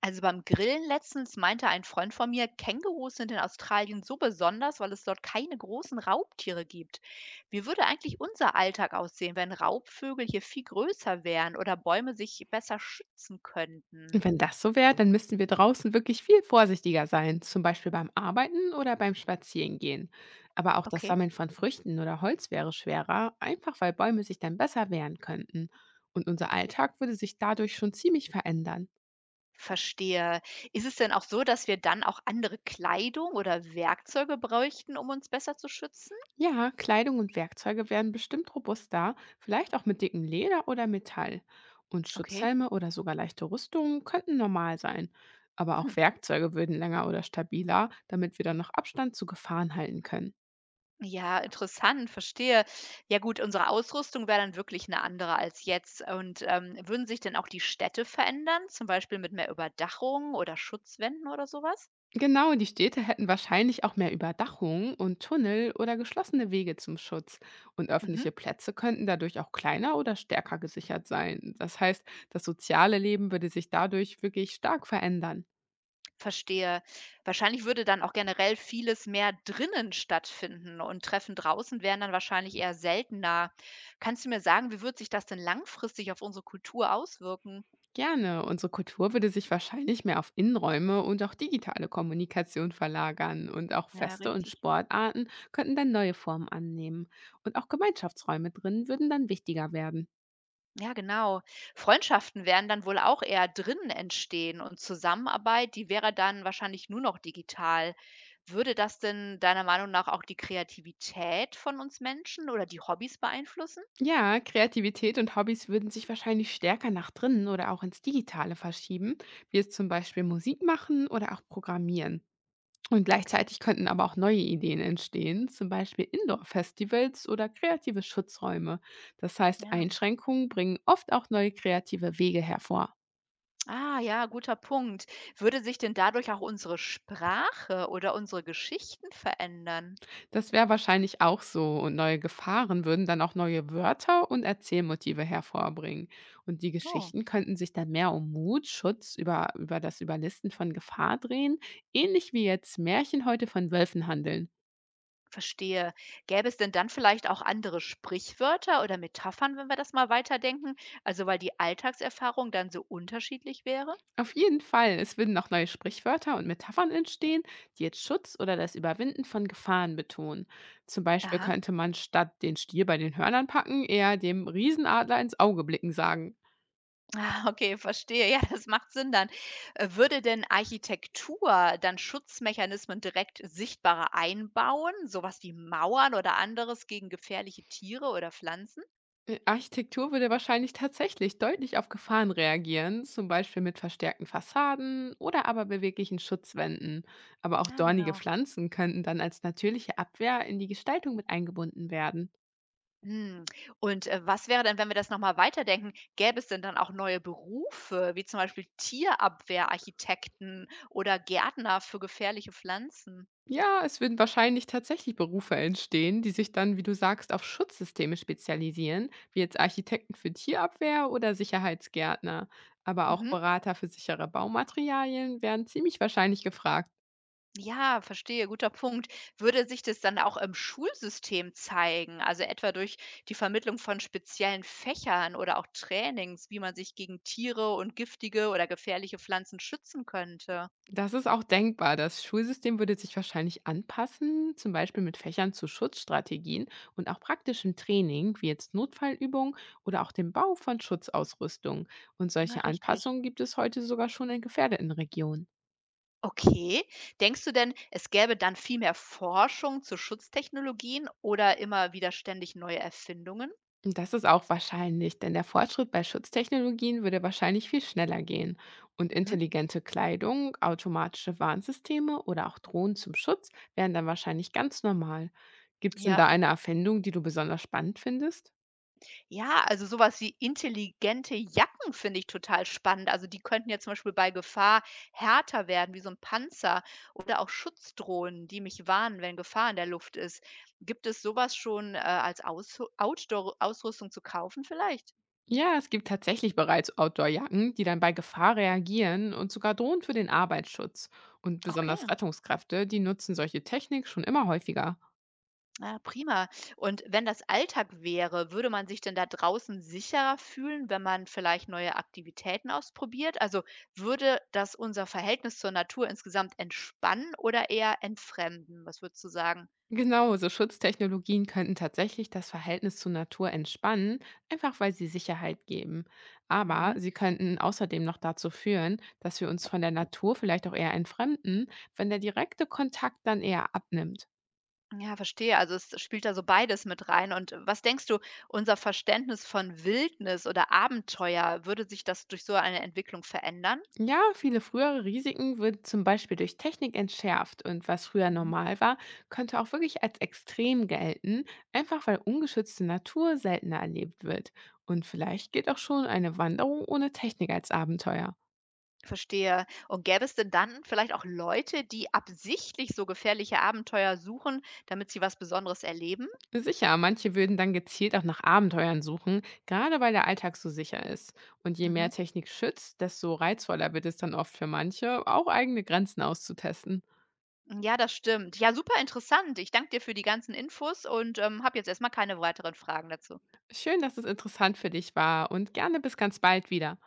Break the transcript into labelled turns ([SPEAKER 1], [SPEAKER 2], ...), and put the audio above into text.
[SPEAKER 1] Also beim Grillen letztens meinte ein Freund von mir, Kängurus sind in Australien so besonders, weil es dort keine großen Raubtiere gibt. Wie würde eigentlich unser Alltag aussehen, wenn Raubvögel hier viel größer wären oder Bäume sich besser schützen könnten?
[SPEAKER 2] Und wenn das so wäre, dann müssten wir draußen wirklich viel vorsichtiger sein, zum Beispiel beim Arbeiten oder beim Spazierengehen. Aber auch das
[SPEAKER 1] Okay,
[SPEAKER 2] Sammeln von Früchten oder Holz wäre schwerer, einfach weil Bäume sich dann besser wehren könnten. Und unser Alltag würde sich dadurch schon ziemlich verändern.
[SPEAKER 1] verstehe. Ist es denn auch so, dass wir dann auch andere Kleidung oder Werkzeuge bräuchten, um uns besser zu schützen?
[SPEAKER 2] Ja, Kleidung und Werkzeuge werden bestimmt robuster, vielleicht auch mit dickem Leder oder Metall. Und
[SPEAKER 1] Okay.
[SPEAKER 2] Schutzhelme oder sogar leichte Rüstungen könnten normal sein. Aber auch Werkzeuge würden länger oder stabiler, damit wir dann noch Abstand zu Gefahren halten können.
[SPEAKER 1] Ja, interessant, verstehe. Ja gut, unsere Ausrüstung wäre dann wirklich eine andere als jetzt. Und würden sich denn auch die Städte verändern, zum Beispiel mit mehr Überdachung oder Schutzwänden oder sowas?
[SPEAKER 2] Genau, die Städte hätten wahrscheinlich auch mehr Überdachung und Tunnel oder geschlossene Wege zum Schutz. Und
[SPEAKER 1] Mhm,
[SPEAKER 2] öffentliche Plätze könnten dadurch auch kleiner oder stärker gesichert sein. Das heißt, das soziale Leben würde sich dadurch wirklich stark verändern.
[SPEAKER 1] verstehe. Wahrscheinlich würde dann auch generell vieles mehr drinnen stattfinden und Treffen draußen wären dann wahrscheinlich eher seltener. Kannst du mir sagen, wie wird sich das denn langfristig auf unsere Kultur auswirken?
[SPEAKER 2] Gerne, unsere Kultur würde sich wahrscheinlich mehr auf Innenräume und auch digitale Kommunikation verlagern. Und auch
[SPEAKER 1] Ja,
[SPEAKER 2] Feste und
[SPEAKER 1] richtig.
[SPEAKER 2] Sportarten könnten dann neue Formen annehmen. Und auch Gemeinschaftsräume drin würden dann wichtiger werden.
[SPEAKER 1] Ja, genau. Freundschaften werden dann wohl auch eher drinnen entstehen und Zusammenarbeit, die wäre dann wahrscheinlich nur noch digital. Würde das denn deiner Meinung nach auch die Kreativität von uns Menschen oder die Hobbys beeinflussen?
[SPEAKER 2] Ja, Kreativität und Hobbys würden sich wahrscheinlich stärker nach drinnen oder auch ins Digitale verschieben, wie es zum Beispiel Musik machen oder auch Programmieren. Und
[SPEAKER 1] Okay,
[SPEAKER 2] gleichzeitig könnten aber auch neue Ideen entstehen, zum Beispiel Indoor-Festivals oder kreative Schutzräume. Das heißt,
[SPEAKER 1] ja.
[SPEAKER 2] Einschränkungen bringen oft auch neue kreative Wege hervor.
[SPEAKER 1] Ah, ja, guter Punkt. Würde sich denn dadurch auch unsere Sprache oder unsere Geschichten verändern?
[SPEAKER 2] Das wäre wahrscheinlich auch so. Und neue Gefahren würden dann auch neue Wörter und Erzählmotive hervorbringen. Und die
[SPEAKER 1] Oh.
[SPEAKER 2] Geschichten könnten sich dann mehr um Mut, Schutz, über das Überlisten von Gefahr drehen, ähnlich wie jetzt Märchen heute von Wölfen handeln.
[SPEAKER 1] Verstehe. Gäbe es denn dann vielleicht auch andere Sprichwörter oder Metaphern, wenn wir das mal weiterdenken? Also weil die Alltagserfahrung dann so unterschiedlich wäre?
[SPEAKER 2] Auf jeden Fall, es würden auch neue Sprichwörter und Metaphern entstehen, die jetzt Schutz oder das Überwinden von Gefahren betonen. Zum Beispiel
[SPEAKER 1] Aha.
[SPEAKER 2] könnte man statt den Stier bei den Hörnern packen, eher dem Riesenadler ins Auge blicken sagen.
[SPEAKER 1] Ah, okay, verstehe. Ja, das macht Sinn dann. Würde denn Architektur dann Schutzmechanismen direkt sichtbarer einbauen, sowas wie Mauern oder anderes gegen gefährliche Tiere oder Pflanzen?
[SPEAKER 2] Architektur würde wahrscheinlich tatsächlich deutlich auf Gefahren reagieren, zum Beispiel mit verstärkten Fassaden oder aber beweglichen Schutzwänden. Aber auch
[SPEAKER 1] Ja,
[SPEAKER 2] dornige
[SPEAKER 1] genau.
[SPEAKER 2] Pflanzen könnten dann als natürliche Abwehr in die Gestaltung mit eingebunden werden.
[SPEAKER 1] Hm, und was wäre denn, wenn wir das noch mal weiterdenken, gäbe es denn dann auch neue Berufe, wie zum Beispiel Tierabwehrarchitekten oder Gärtner für gefährliche Pflanzen?
[SPEAKER 2] Ja, es würden wahrscheinlich tatsächlich Berufe entstehen, die sich dann, wie du sagst, auf Schutzsysteme spezialisieren, wie jetzt Architekten für Tierabwehr oder Sicherheitsgärtner. Aber auch
[SPEAKER 1] Mhm.
[SPEAKER 2] Berater für sichere Baumaterialien wären ziemlich wahrscheinlich gefragt.
[SPEAKER 1] Ja, verstehe, guter Punkt. Würde sich das dann auch im Schulsystem zeigen, also etwa durch die Vermittlung von speziellen Fächern oder auch Trainings, wie man sich gegen Tiere und giftige oder gefährliche Pflanzen schützen könnte?
[SPEAKER 2] Das ist auch denkbar. Das Schulsystem würde sich wahrscheinlich anpassen, zum Beispiel mit Fächern zu Schutzstrategien und auch praktischem Training, wie jetzt Notfallübungen oder auch dem Bau von Schutzausrüstung. Und
[SPEAKER 1] Ja,
[SPEAKER 2] solche
[SPEAKER 1] richtig.
[SPEAKER 2] Anpassungen gibt es heute sogar schon in gefährdeten Regionen.
[SPEAKER 1] Okay. Denkst du denn, es gäbe dann viel mehr Forschung zu Schutztechnologien oder immer wieder ständig neue Erfindungen?
[SPEAKER 2] Und das ist auch wahrscheinlich, denn der Fortschritt bei Schutztechnologien würde wahrscheinlich viel schneller gehen. Und
[SPEAKER 1] Mhm.
[SPEAKER 2] intelligente Kleidung, automatische Warnsysteme oder auch Drohnen zum Schutz wären dann wahrscheinlich ganz normal. Gibt es denn
[SPEAKER 1] Ja.
[SPEAKER 2] da eine Erfindung, die du besonders spannend findest?
[SPEAKER 1] Ja, also sowas wie intelligente Jacken finde ich total spannend. Also, die könnten ja zum Beispiel bei Gefahr härter werden, wie so ein Panzer oder auch Schutzdrohnen, die mich warnen, wenn Gefahr in der Luft ist. Gibt es sowas schon, als Aus Outdoor-Ausrüstung zu kaufen vielleicht?
[SPEAKER 2] Ja, es gibt tatsächlich bereits Outdoor-Jacken, die dann bei Gefahr reagieren und sogar drohen für den Arbeitsschutz. Und besonders
[SPEAKER 1] Okay.
[SPEAKER 2] Rettungskräfte, die nutzen solche Technik schon immer häufiger.
[SPEAKER 1] Ah, prima. Und wenn das Alltag wäre, würde man sich denn da draußen sicherer fühlen, wenn man vielleicht neue Aktivitäten ausprobiert? Also würde das unser Verhältnis zur Natur insgesamt entspannen oder eher entfremden? Was würdest du sagen?
[SPEAKER 2] Genau, so Schutztechnologien könnten tatsächlich das Verhältnis zur Natur entspannen, einfach weil sie Sicherheit geben. Aber
[SPEAKER 1] Mhm.
[SPEAKER 2] sie könnten außerdem noch dazu führen, dass wir uns von der Natur vielleicht auch eher entfremden, wenn der direkte Kontakt dann eher abnimmt.
[SPEAKER 1] Ja, verstehe. Also es spielt da so beides mit rein. Und was denkst du, unser Verständnis von Wildnis oder Abenteuer, würde sich das durch so eine Entwicklung verändern?
[SPEAKER 2] Ja, viele frühere Risiken wurden zum Beispiel durch Technik entschärft und was früher normal war, könnte auch wirklich als extrem gelten, einfach weil ungeschützte Natur seltener erlebt wird. Und vielleicht gilt auch schon eine Wanderung ohne Technik als Abenteuer.
[SPEAKER 1] Verstehe. Und gäbe es denn dann vielleicht auch Leute, die absichtlich so gefährliche Abenteuer suchen, damit sie was Besonderes erleben?
[SPEAKER 2] Sicher, manche würden dann gezielt auch nach Abenteuern suchen, gerade weil der Alltag so sicher ist. Und je mehr
[SPEAKER 1] Mhm.
[SPEAKER 2] Technik schützt, desto reizvoller wird es dann oft für manche, auch eigene Grenzen auszutesten.
[SPEAKER 1] Ja, das stimmt. Ja, super interessant. Ich danke dir für die ganzen Infos und habe jetzt erstmal keine weiteren Fragen dazu.
[SPEAKER 2] Schön, dass es interessant für dich war und gerne bis ganz bald wieder.